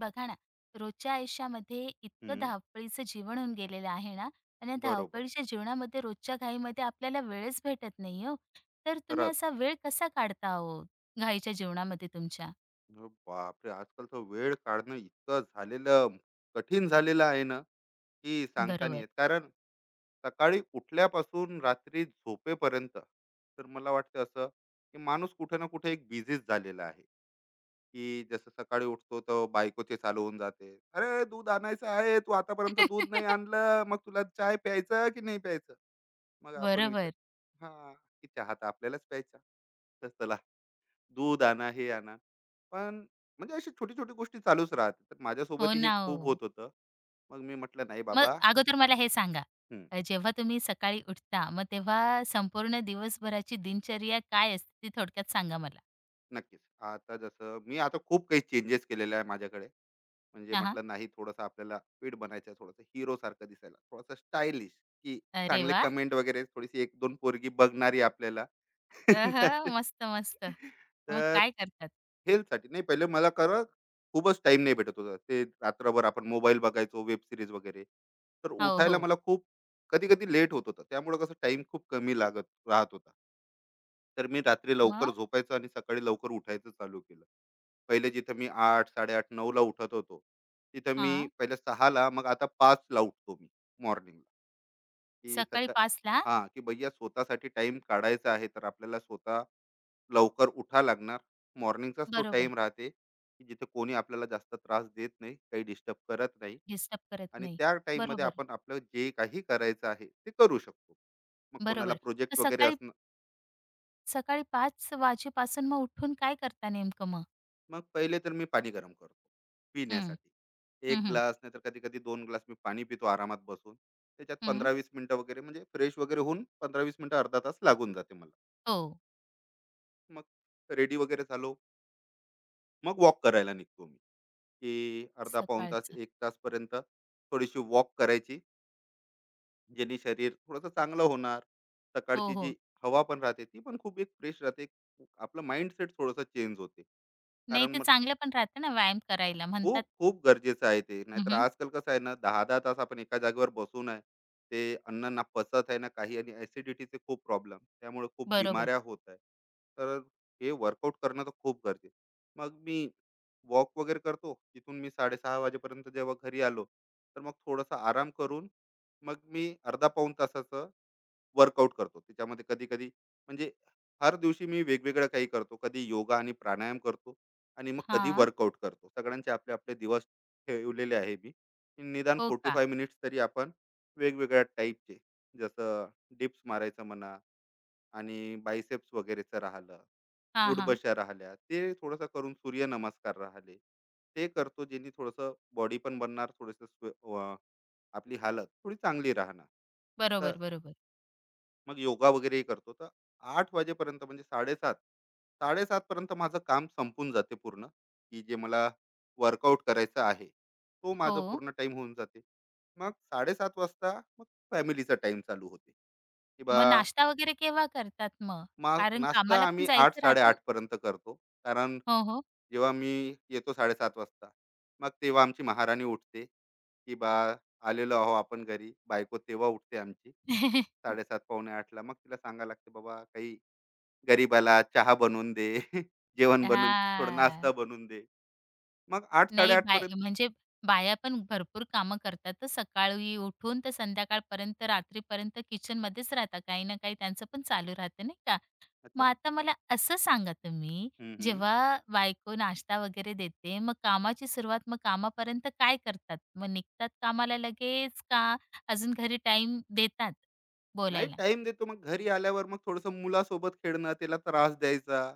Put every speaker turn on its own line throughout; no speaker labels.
बघा ना, रोजच्या आयुष्यामध्ये इतकं
हं,
धावपळीचं जीवन होऊन गेलेलं आहे ना, आणि या
बरोबर.
धावपळीच्या जीवनामध्ये रोजच्या घाईमध्ये आपल्याला वेळच भेटत नाही हो. तर तुम्ही
खरंच.
असा वेळ कसा काढता ओ, घाईच्या जीवनामध्ये तुमच्या?
बापरे! आजकालचा वेळ काढणं इतकं झालेलं कठीण झालेलं आहे ना, की सांगता नाही
बरोबर.
येत. कारण सकाळी उठल्यापासून रात्री झोपेपर्यंत तर मला वाटतं असं, की माणूस कुठे ना कुठे एक बिझीच झालेला आहे, की जसं सकाळी उठतो तर बायकोचे चालू होऊन जाते. "अरे, दूध आणायचं आहे. तू आतापर्यंत दूध नाही आणलं. मग तुला चाय प्यायचं की नाही प्यायचं?" मग आपण विचार
बरोबर.
हां, की चहा तर आपल्यालाच प्यायचा. तर चला दूध आणा, हे आणा. पण म्हणजे अशी छोटी-छोटी गोष्टी चालूच राहते. तर
हो
माझ्यासोबतही हे
ना
खूप होत
ओ.
होतं. मग मी म्हटलं, "नाही
मग
बाबा".
अगोदर मला हे सांगा,
हं,
जेव्हा तुम्ही सकाळी उठता, मग तेव्हा संपूर्ण दिवसभराची दिनचर्या काय असते ती थोडक्यात सांगा मला?
नक्कीच. आता जसं मी आता खूप काही चेंजेस केलेले आहे माझ्याकडे. म्हणजे
हां,
म्हटलं, "नाही, थोडंसं आपल्याला फिट बनायचं आहे, थोडंसं हिरोसारखं दिसायला, थोडासा स्टायलिश, की
अरे
चांगले
वाह!
कमेंट वगैरे, थोडीशी 1-2 पोरगी बघणारी आपल्याला."
अ, मस्त, मस्त. मग
तर
काय करतात?
हेल्थसाठी नाही पहिले मला खरं खूपच टाईम नाही भेटत होता. ते रात्रभर आपण मोबाईल बघायचो, वेब सीरीज वगैरे. तर
हो,
उठायला
हो.
मला खूप कधी-कधी लेट होत होतं. त्यामुळे कसं टाइम खूप कमी लागत राहत होता. तर मी रात्री लवकर
मग?
झोपायचं आणि सकाळी लवकर उठायचं चालू केलं. पहिले जिथं मी 8, 8:30, 9ला उठत होतो. तिथं मी
हां,
पहिले 6ला मग आता 5ला उठतो मी मॉर्निंगला, की
सकाळी
सका
5 ला.
हां, की भैय्या स्वतःसाठी टाईम काढायचा आहे, तर आपल्याला स्वतः लवकर उठा लागणार. मॉर्निंगचाच तो
बरोबर.
टाइम राहते, की जिथे कोणी आपल्याला जास्त त्रास देत नाही, काही डिस्टर्ब करत नाही,
डिस्टर्ब करत
आणि
नाही.
त्या टाईममध्ये
बरोबर,
आपण आपलं जे काही करायचं आहे, ते करू शकतो. मग कोणाला
बरोबर. तर
प्रोजेक्ट वगैरे
सकाळी
असणं.
सकाळी 5 वाजेपासून मग उठून काय करता नेमकं मग?
मग पहिले तर मी पाणी गरम करतो
हं,
पिण्यासाठी.
हं,
1
हं,
ग्लास नाहीतर कधी-कधी 2 ग्लास मी पाणी पितो आरामात बसून. त्याच्यात
हं.
15-20 मिनिटं वगैरे म्हणजे फ्रेश वगैरे होऊन 15-20 मिनिटं अर्धा तास लागून जाते मला.
हो,
मग रेडी वगैरे झालो, मग वॉक करायला निघतो मी. की अर्धा पाऊण तास
सकाळचं.
एक तासपर्यंत थोडीशी वॉक करायची ज्यांनी शरीर थोडंसं चांगलं होणार.
हो,
सकाळची जी
हो.
हवा पण राहते ती पण खूप एक फ्रेश राहते. एक आपलं माइंडसेट थोडंसं चेंज होते.
नाही, ते
कारण
चांगलं पण राहतं ना, व्यायाम करायला म्हणतात.
खूप खूप गरजेचं आहे ते,
हं,
नाहीतर
हं.
आजकाल कसं आहे ना, दहा दहा तास आपण एका जागेवर बसून आहे, ते अन्न ना पचत आहे ना काही, आणि ऍसिडिटीचे खूप प्रॉब्लेम, त्यामुळे खूप
बरोबर.
बिमाऱ्या होत आहे. तर हे वर्कआउट करणं तर खूप गरजेचं. मग मी वॉक वगैरे करतो, तिथून मी साडेसहा वाजेपर्यंत जेव्हा घरी आलो, तर मग थोडासा आराम करून मग मी अर्धा पाऊण तासाचं वर्कआउट करतो. त्याच्यामध्ये कधी कधी म्हणजे हर दिवशी मी वेगवेगळं काही करतो, कधी योगा आणि प्राणायाम करतो, आणि मग कधी
हां.
वर्कआउट करतो. सगळ्यांचे आपले आपले दिवस ठेवलेले आहे मी, की निदान
हो
फोर्टी
का?
फाय मिनिट्स तरी आपण वेगवेगळ्या टाईपचे, जसं डिप्स मारायचं म्हणा, आणि बायसेप्स वगैरेचं राहिलं,
हां, हां.
उठबशा राहिल्या, ते थोडंसं करून सूर्यनमस्कार राहिले, ते करतो. ज्यांनी थोडंसं बॉडी पण बनणार, थोडंसं अं, आपली हालत थोडी चांगली राहणार. तर
बरोबर, बरोबर.
मग योगा वगैरेही करतो. तर आठ वाजेपर्यंत म्हणजे साडेसात साडेसात पर्यंत माझं काम संपून जाते पूर्ण, की जे मला वर्कआउट करायचं आहे तो माझं
हो.
पूर्ण टाइम होऊन जाते. मग साडेसात वाजता मग फॅमिलीचा टाइम चालू होते, की बा
मग नाश्ता वगैरे केव्हा करतात मग?
मा
कारण
नाश्ता
कामाला पण
आम्ही आठ
जायचं राहतं ना?
साडेआठ पर्यंत करतो, कारण
हो, हो.
जेव्हा मी येतो 7:30 वाजता, मग तेव्हा आमची महाराणी उठते, की बा आलेलो आहो आपण घरी. बायको तेव्हा उठते आमची 7:30 पावणे 8ला. मग तिला सांगायला लागते, "बाबा काही गरीबाला चहा बनवून दे, जेवण बनवून थोडा नाश्ता
हां.
बनवून दे." मग आठ
नाही,
8:30
बाय
पर्यंत
म्हणजे बाया पण भरपूर कामं करतात, तर सकाळी उठून तर संध्याकाळपर्यंत रात्रीपर्यंत किचनमध्येच राहतात. काही ना काही त्यांचं पण चालू राहतं नाही का? मग
अच्छा.
आता मला असं सांगा तुम्ही,
हं, हं.
जेव्हा बायको नाश्ता वगैरे देते, मग कामाची सुरुवात, मग कामापर्यंत काय करतात? मग निघतात कामाला लगेच, का अजून घरी टाईम देतात
नाही
बोलायला?
टाइम देतो. मग घरी आल्यावर मग थोडंसं मुलासोबत खेळणं, त्याला त्रास द्यायचा,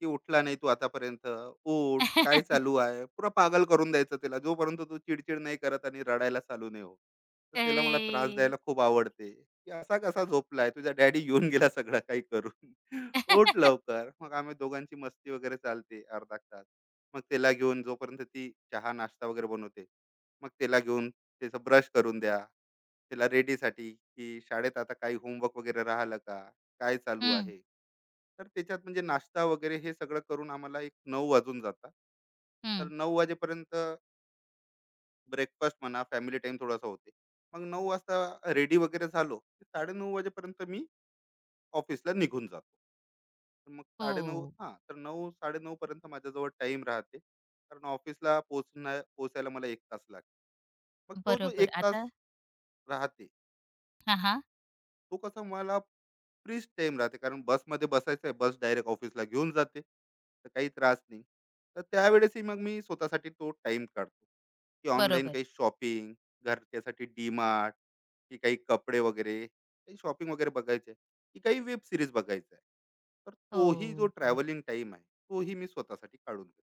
की उठला नाही तू आतापर्यंत, उठ, काय चालू आहे? पुरा पागल करून द्यायचं त्याला. जोपर्यंत तो चिडचिड नाही करत आणि रडायला चालू नाही होत. तर त्याला मला त्रास
अरे!
द्यायला खूप आवडते, की "असा कसा झोपलाय? तुझा डॅडी येऊन गेला सगळं काही करून. उठ लवकर." मग आम्ही दोघांची मस्ती वगैरे चालते अर्धा तास. मग त्याला घेऊन, जोपर्यंत ती चहा, नाश्ता वगैरे बनवते, मग त्याला घेऊन त्याचं ब्रश करून द्या. तिला रेडीसाठी, की शाळेत आता काही होमवर्क वगैरे राहिलं का? काय चालू
हं,
आहे? तर त्याच्यात म्हणजे नाश्ता वगैरे हे सगळं करून आम्हाला एक 9 वाजून जातात. तर
हं.
9 वाजेपर्यंत ब्रेकफास्ट म्हणा, फॅमिली टाईम थोडासा होते. मग 9 वाजता रेडी वगैरे झालो, की 9:30 वाजेपर्यंत मी ऑफिसला निघून जातो. तर मग 9:30
हो,
हां, तर 9-9:30 पर्यंत माझ्याजवळ टाईम राहते. कारण ऑफिसला पोहोचण्या पोहोचायला मला 1 तास लागतो. मग तो जो
बरोबर.
1 तास
आता
राहते
हां, हां.
तो कसा मला फ्रीच टाइम राहते. कारण बसमध्ये बसायचं आहे, बस डायरेक्ट ऑफिसला घेऊन जाते, तर काही त्रास नाही. तर त्यावेळेसही मग मी स्वतःसाठी तो टाइम काढतो, की ऑनलाईन
बरोबर.
काही शॉपिंग घरच्यासाठी डीमार्ट, की काही कपडे वगैरे काही शॉपिंग वगैरे बघायचे, की काही वेब सिरीज बघायचं आहे. तर तोही जो
हो.
ट्रॅव्हलिंग टाइम आहे तोही मी स्वतःसाठी काढून घेतो.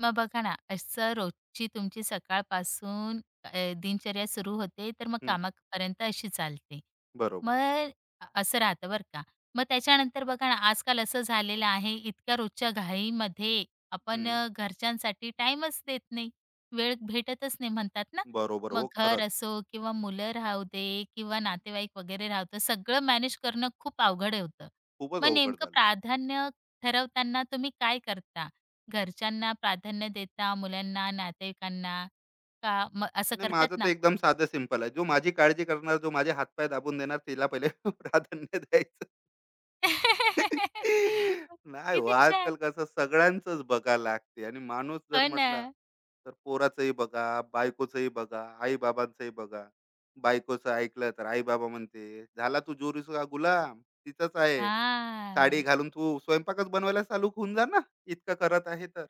मग बघा ना, असं रोजची तुमची सकाळपासून दिनचर्या सुरू होते, तर मग
हम्म,
कामापर्यंत अशी चालते.
बरोबर.
मग असं राहतं बरं का. मग त्याच्यानंतर बघा ना, आजकाल असं झालेलं आहे, इतक्या रोजच्या घाईमध्ये आपण
हम्म,
घरच्यांसाठी टाईमच देत नाही. वेळ भेटतच नाही म्हणतात ना.
बरोबर.
मग
हो,
घर
खरंच.
असो किंवा मुलं राहू दे किंवा नातेवाईक वगैरे राहतं, सगळं मॅनेज करणं खूप अवघड होतं.
खूपच
मग
अवघड
नेमकं
झालं.
प्राधान्य ठरवताना तुम्ही काय करता? घरच्यांना प्राधान्य देता, मुलांना, नातेवाईकांना, का मग असं
नाही, माझं
करतात
तर
ना?
एकदम साधं सिंपल आहे. जो माझी काळजी करणार, जो माझे हातपाय दाबून देणार त्याला पहिले प्राधान्य द्यायचं. नाही हो,
किती छान.
आजकाल कसं सगळ्यांचंच बघायला लागते, आणि माणूस जर
हो ना.
म्हटला, तर पोराचंही बघा, बायकोचंही बघा, आई-बाबांचंही बघा. बायकोचं ऐकलं तर आई-बाबा म्हणते, "झाला तू जोरीचा गुलाम, तिचंच आहे. साडी
हां.
घालून तू स्वयंपाकच बनवायला चालू होऊन जा ना, इतकं करत आहे तर."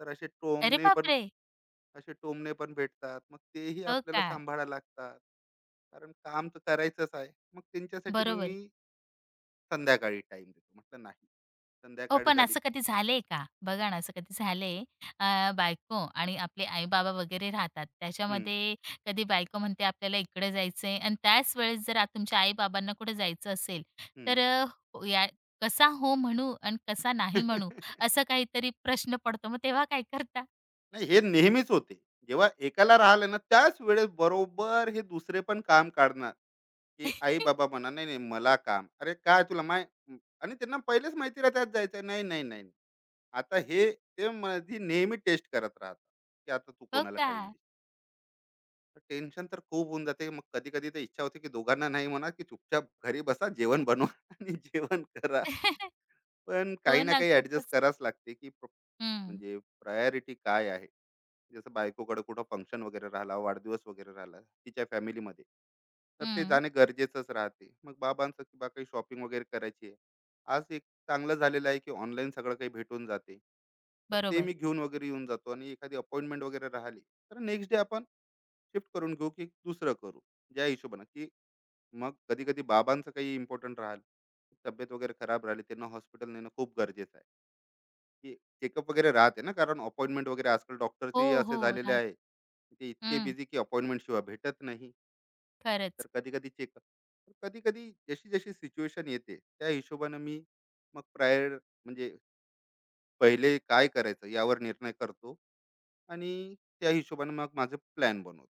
तर असे
अरे
टोमणे पण
बापरे!
असे टोमणे पण भेटतात. मग तेही
हो
आपल्याला
का?
सांभाळायला लागतात. कारण काम तर करायचंच आहे. मग त्यांच्यासाठी मग
बरोबर.
मी संध्याकाळी टाईम देतो. म्हटलं नाही.
हो,
संध्याकाळी
पण
झाली.
असं कधी झालंय का? बघा ना, असं कधी झालंय बायको आणि आपले आई-बाबा वगैरे राहतात.
हं,
त्याच्यामध्ये कधी बायको म्हणते, "आपल्याला इकडे जायचंय" आणि त्याच वेळेस जर तुमच्या आई-बाबांना कुठे जायचं असेल, तर
हं.
या कसा हो म्हणू आणि कसा नाही म्हणू, असा काहीतरी प्रश्न पडतो. मग तेव्हा काय करता?
नाही, हे नेहमीच होते. जेव्हा एकाला राहिलं ना त्याच वेळेस बरोबर हे दुसरे पण काम काढणार, की आई-बाबा म्हणा, "नाही, नाही मला काम." "अरे काय तुला माही". आणि त्यांना पहिलेच माहिती राहते जायचं आहे. "नाही, नाही, नाही." आता हे ते माझी नेहमी टेस्ट करत राहतात, की आता तू
हो
कोणाला
का?
टाईम. टेन्शन तर खूप होऊन जाते. मग कधी-कधी तर इच्छा होते, की दोघांना नाही म्हणा, की चुपचाप घरी बसा, जेवण बनवा आणि जेवण करा. पण काही
हो
ना
ना,
काही ॲडजस्ट
खूपच.
करावंच लागते, की प्र
हं,
म्हणजे प्रायोरिटी काय आहे? जसं बायकोकडे कुठं फंक्शन वगैरे राहिला, वाढदिवस वगैरे राहिला तिच्या फॅमिलीमध्ये, तर ते
हं.
जाणे गरजेचंच राहते. मग बाबांचं, की बा काही शॉपिंग वगैरे करायची आहे. आज एक चांगलं झालेलं आहे, की ऑनलाईन सगळं काही भेटून जाते. तर ते
बरोबर.
मी घेऊन वगैरे येऊन जातो, आणि एखादी अपॉइंटमेंट वगैरे राहिली, तर नेक्स्ट डे आपण शिफ्ट करून घेऊ की दुसरं करू, ज्या हिशोबानं की. मग कधी कधी बाबांचं काही इम्पॉर्टंट राहिलं, तब्येत वगैरे खराब राहिली, त्यांना हॉस्पिटल नेणं खूप गरजेचं आहे, की चेकअप वगैरे राहते ना, कारण अपॉइंटमेंट वगैरे आजकाल डॉक्टरचे
हो,
असे
हो.
झालेले
राह.
आहे, की ते इतके
हं,
बिझी, की अपॉइंटमेंट शिवाय भेटत नाही. तर
खरंच.
कधी कधी चेकअप, कधी कधी जशी जशी सिच्युएशन येते त्या हिशोबानं मी मग प्रायर म्हणजे पहिले काय करायचं यावर निर्णय करतो, आणि त्या हिशोबाने मग माझे प्लॅन बनवतो.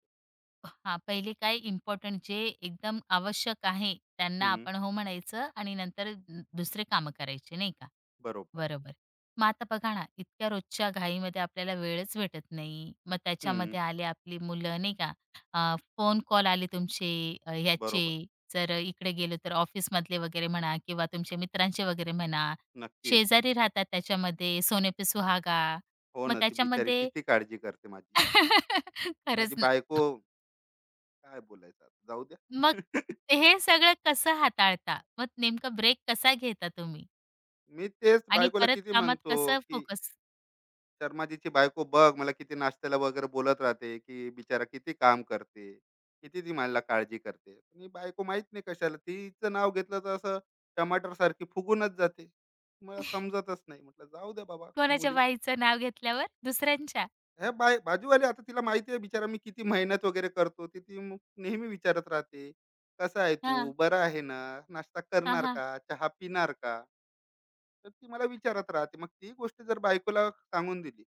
हां, पहिले काय इम्पोर्टंट जे एकदम आवश्यक आहे त्यांना
हम्म,
आपण हो म्हणायचं आणि नंतर दुसरे कामं करायचे नाही का?
बरोबर.
बरोबर. मग आता बघा ना, इतक्या रोजच्या घाईमध्ये आपल्याला वेळच भेटत नाही. मग
हम्म,
त्याच्यामध्ये आले आपली मुलं नाही का? फोन कॉल आले तुमचे, ह्याचे,
बरोबर.
जर इकडे गेलो तर ऑफिसमधले वगैरे म्हणा किंवा तुमचे मित्रांचे वगैरे म्हणा.
नक्कीच.
शेजारी राहतात त्याच्यामध्ये सोने पे सुहागा.
हो
मग
ना, ती बिचारी
त्याच्यामध्ये
किती काळजी करते माझी. माझी
खरंच,
बायको, काय बोलायचं आता, जाऊ द्या.
मग हे सगळं कसं हाताळता? मग नेमका ब्रेक कसा घेता तुम्ही?
मी तेच
आणि
बायकोला
परत
किती
कामात
म्हणतो,
कसं
की
फोकस?
शर्माजीची बायको बघ, मला किती नाश्त्याला वगैरे बोलत राहते, की बिचारा किती काम करते, किती ती मला काळजी करते. पण ही बायको माहीत नाही कशाला, तिचं नाव घेतलं तर असं टमाटरसारखी फुगूनच जाते. मला समजतच नाही. म्हटलं जाऊ द्या बाबा.
कोणाच्या
मुली
बाईचं नाव घेतल्यावर? दुसऱ्यांच्या?
हे बाय बाजूवाली, आता तिला माहिती आहे बिचारा मी किती मेहनत वगैरे करतो, ती ती मग नेहमी विचारत राहते, कसा आहे तू,
हां.
बरा आहे ना, नाश्ता
हां,
करणार
हां.
का, चहा पिणार का. तर ती मला विचारत राहते. मग ती गोष्ट जर बायकोला सांगून दिली,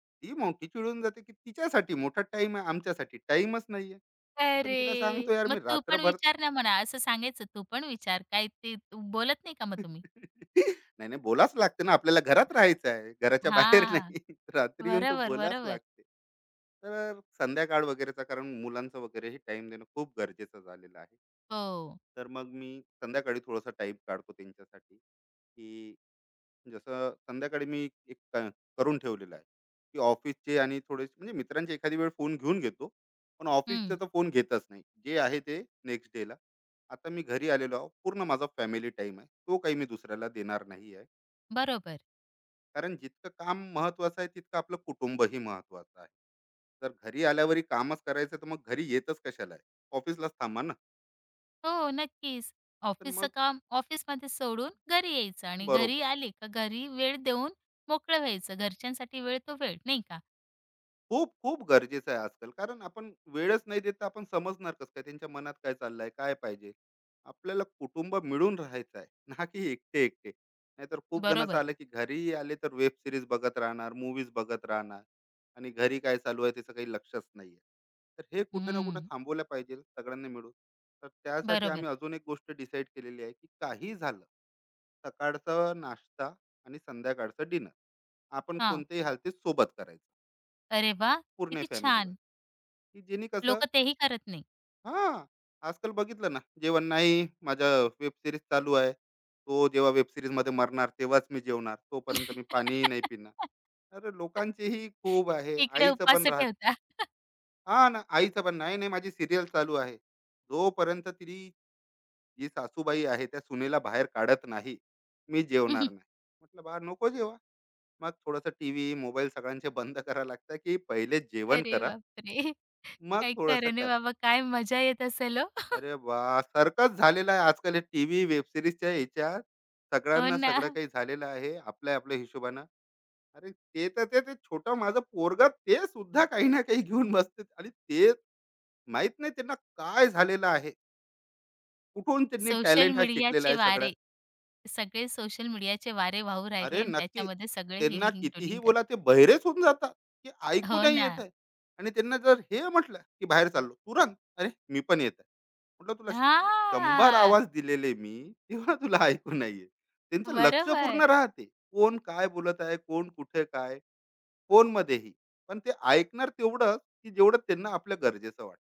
ती मोठी चिडून जाते, की तिच्यासाठी मोठा टाइम आहे, आमच्यासाठी टाइमच नाहीये. तर पण तिला सांगतो,
अरे!
यार
मग
मी
तू पण
रात्रभर.
विचार ना म्हणा, असं सांगायचं, तू पण विचार. काय ते तू बोलत नाही का मग तुम्ही?
नाही, नाही बोलाच लागते ना, आपल्याला घरात राहायचं आहे. घराच्या बाहेर
हां.
नाही. रात्री येऊन तर
बरोबर,
बोलाच
बरोबर.
लागते. तर संध्याकाळ वगैरेचा, कारण मुलांचं वगैरेही टाईम देणं खूप गरजेचं झालेलं आहे.
हो.
तर मग मी संध्याकाळी थोडासा टाइम काढतो त्यांच्यासाठी, की जसं संध्याकाळी मी करून ठेवलेलं आहे, की ऑफिसचे आणि थोडे म्हणजे मित्रांचे एखादी वेळ फोन घेऊन घेतो, पण ऑफिसचा
हं.
तर फोन घेतच नाही. जे आहे ते नेक्स्ट डेला. आता मी घरी आलेलो आहो, पूर्ण माझा फॅमिली टाइम आहे, तो काही मी दुसऱ्याला देणार नाही आहे.
बरोबर.
कारण जितकं काम महत्वाचं आहे तितकं आपलं कुटुंबही महत्वाचं आहे. जर घरी आल्यावरही कामच करायचं तर मग घरी येतच कशाला आहे, ऑफिसलाच थांबा ना.
हो, नक्कीच.
तर
ऑफिसचं
मग,
काम ऑफिसमध्ये सोडून घरी यायचं आणि घरी
बरोबर.
आले का घरी वेळ देऊन मोकळं व्हायचं. घरच्यांसाठी वेळ तो वेळ, नाही का?
खूप खूप गरजेचं आहे आजकाल, कारण आपण वेळच नाही देत, तर आपण समजणार कसं काय त्यांच्या मनात काय चाललंय, काय पाहिजे. आपल्याला कुटुंब मिळून राहायचं आहे, ना की एकटे एकटे. नाहीतर खूप जणांचं
बरोबर.
आलं, की घरी आले तर वेब सिरीज बघत राहणार, मूवीज बघत राहणार, आणि घरी काय चालू आहे त्याचं काही लक्षच नाहीये. तर हे कुठे ना कुठे
हं.
थांबवलं पाहिजे सगळ्यांनी मिळून. तर त्यासाठी
बरोबर.
आम्ही अजून एक गोष्ट डिसाईड केलेली आहे, की काही झालं, सकाळचा नाश्ता आणि संध्याकाळचं डिनर आपण
हां.
कोणत्याही हालतीत सोबत करायचं
अरे वा,
पूर्ण
किती
फॅमिलीवर.
छान.
की जेणे कसं,
लोकं तेही करत नाही.
हां, आजकाल बघितलं ना, जेवण नाही, माझ्या वेब सिरीज चालू आहे, तो जेव्हा वेब सिरीज मध्ये मरणार तेव्हाच मी जेवणार, तोपर्यंत मी पाणीही नाही पिणार. अरे लोकांचेही खूप आहे.
इकडे
आईचं पण
उपास
राहत,
ठेवता.
हा ना, आईचं पण, नाही नाही माझी सिरियल चालू आहे, जोपर्यंत तिची जी सासूबाई आहे त्या सुनेला बाहेर काढत नाही मी जेवणार नाही. म्हटलं बा नको जेवा. मग थोडंसं टीव्ही मोबाईल सगळ्यांचे बंद करा लागतं, की पहिले जेवण
अरे
करा,
बापरे!
मग
काही
थोडंसं
खरं नाही
करा.
बाबा. काय मजा येत असेल हो.
अरे वा, सारखंच झालेलं आहे आजकाल हे टीव्ही, वेब सीरीजच्या ह्याच्यात
हो
सगळ्यांना
ना.
सगळं काही झालेलं आहे. आपल्या-आपल्या हिशोबानं. अरे ते तर ते छोटं माझं पोरगं ते सुद्धा काही ना काही घेऊन बसते, आणि ते माहीत नाही त्यांना काय झालेलं आहे. कुठून त्यांनी
सोशल
टॅलेंट हा शिकलेला
मीडियाचे
आहे सगळ्या.
वारे. सगळे सोशल मीडियाचे वारे वाहू राहिले
अरे
आणि
नक्की.
त्याच्यामध्ये सगळे
त्यांना कितीही
हीलिंग-डुलिंग करतात.
बोला ते बहिरेच होऊन जातात, की ऐकू
हो
नाही
ना.
येत आहे. आणि त्यांना जर हे म्हटलं, की बाहेर चाललो, तुरंत "अरे मी पण येत आहे." म्हटलं तुला 100
हां.
आवाज दिलेले मी, तेव्हा तुला ऐकू नाही येत. त्यांचं लक्ष पूर्ण
बरोबर.
राहते. कोण काय बोलत आहे, कोण कुठे काय, फोनमध्येही. पण ते ऐकणार तेवढं, की जेवढं त्यांना आपलं गरजेचं वाटतं.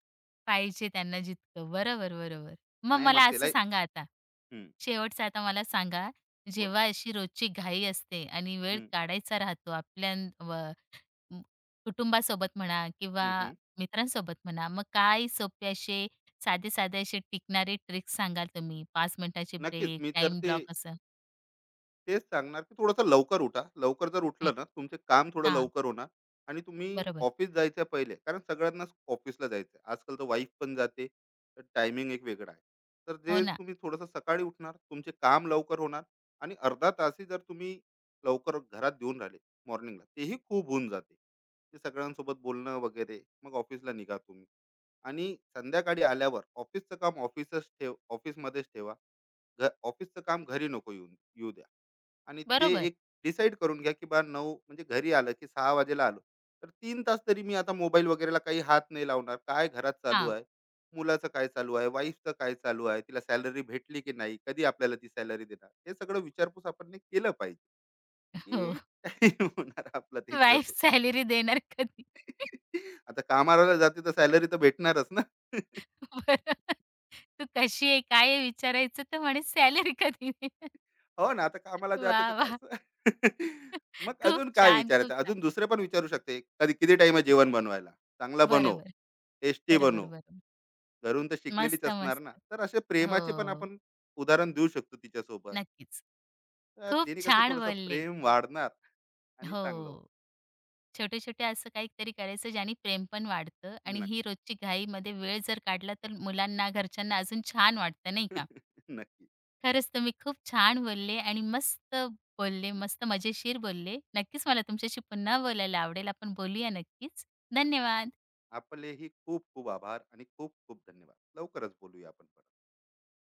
पाहिजे त्यांना जितकं. बरोबर, बरोबर. मग
नाही मग
मला
त्याला.
असं सांगा आता,
हं,
शेवटचं आता मला सांगा,
बोला.
जेव्हा अशी रोजची घाई असते आणि वेळ
हं,
काढायचा राहतो आपल्या व म कुटुंबासोबत म्हणा किंवा
हं, हं.
मित्रांसोबत म्हणा, मग काय सोपे असे साधे-साधे असे टिकणारे ट्रिक्स सांगाल तुम्ही? 5 मिनिटाचे
नक्कीच.
ब्रेक,
मी तर
टाईम
ते
ब्लॉक असं?
तेच सांगणार, की थोडंसं लवकर उठा. लवकर जर
हं,
उठलं ना, तुमचे काम थोडं
हां,
लवकर होणार, आणि तुम्ही
बरोबर.
ऑफिस जायच्या पहिले, कारण सगळ्यांनाच ऑफिसला जायचं आहे. आजकाल तर वाईफ पण जाते, तर टायमिंग एक वेगळा आहे. तर
हो
जे
ना.
तुम्ही थोडंसं सकाळी उठणार, तुमचे काम लवकर होणार, आणि अर्धा तासही जर तुम्ही लवकर घरात देऊन राहिले मॉर्निंगला, तेही खूप होऊन जाते. ते सगळ्यांसोबत बोलणं वगैरे, मग ऑफिसला निघा तुम्ही. आणि संध्याकाळी आल्यावर ऑफिसचं काम ऑफिसच ठेव ऑफिसमध्येच ठेवा. ऑफिसचं काम घरी नको येऊ द्या. आणि ते
बरोबर.
एक डिसाईड करून घ्या, की बा नऊ म्हणजे घरी आलं, की सहा वाजेला आलो तर तीन तास तरी मी आता मोबाईल वगैरेला काही हात नाही लावणार. काय घरात चालू
हां,
आहे, मुलाचं काय चालू आहे, वाईफचं काय चालू आहे, तिला सॅलरी भेटली की नाही, कधी आपल्याला ती सॅलरी देणार, हे सगळं विचारपूस आपण नी केलं पाहिजे,
हो.
की काय होणार आपलं
वाईफ
त्यांच्यासोबत.
सॅलरी देणार कधी?
आता कामाला जाते तर सॅलरी तर भेटणारच ना.
बरं. तू कशी आहे? काय आहे? विचारायचं, तर म्हणे सॅलरी कधी देणार?
हो ना, आता कामाला
वा,
जाते तर
वाह!
कसं. मग
खूप
अजून काय
छान, खूप
विचारायचं, अजून
छान.
दुसरे पण विचारू शकते, कधी किती टाइम आहे जेवण बनवायला, चांगला बनव,
बरोबर,
टेस्टी बनव.
बरोबर.
घरून तर शिकलेलीच
मस्त,
असणार
मस्त.
ना. तर असे
हो,
प्रेमाचे पण आपण उदाहरण देऊ शकतो तिच्यासोबत.
नक्कीच.
तर
खूप
तिने कसं
छान
थोडंसं
बोलले.
प्रेम वाढणार आणि
हो,
चांगलं होणार.
छोटे-छोटे असं काहीतरी करायचं ज्याने प्रेम पण वाढतं आणि ही
नक्की.
रोजची घाईमध्ये वेळ जर काढला तर मुलांना, घरच्यांना अजून छान वाटतं नाही का?
नक्की.
खरंच तुम्ही खूप छान बोलले आणि मस्त बोलले, मस्त मजेशीर बोलले. नक्कीच मला तुमच्याशी पुन्हा बोलायला आवडेल. आपण बोलूया नक्कीच. धन्यवाद.
आपलेही खूप खूप आभार आणि खूप खूप धन्यवाद. लवकरच बोलूया आपण परत.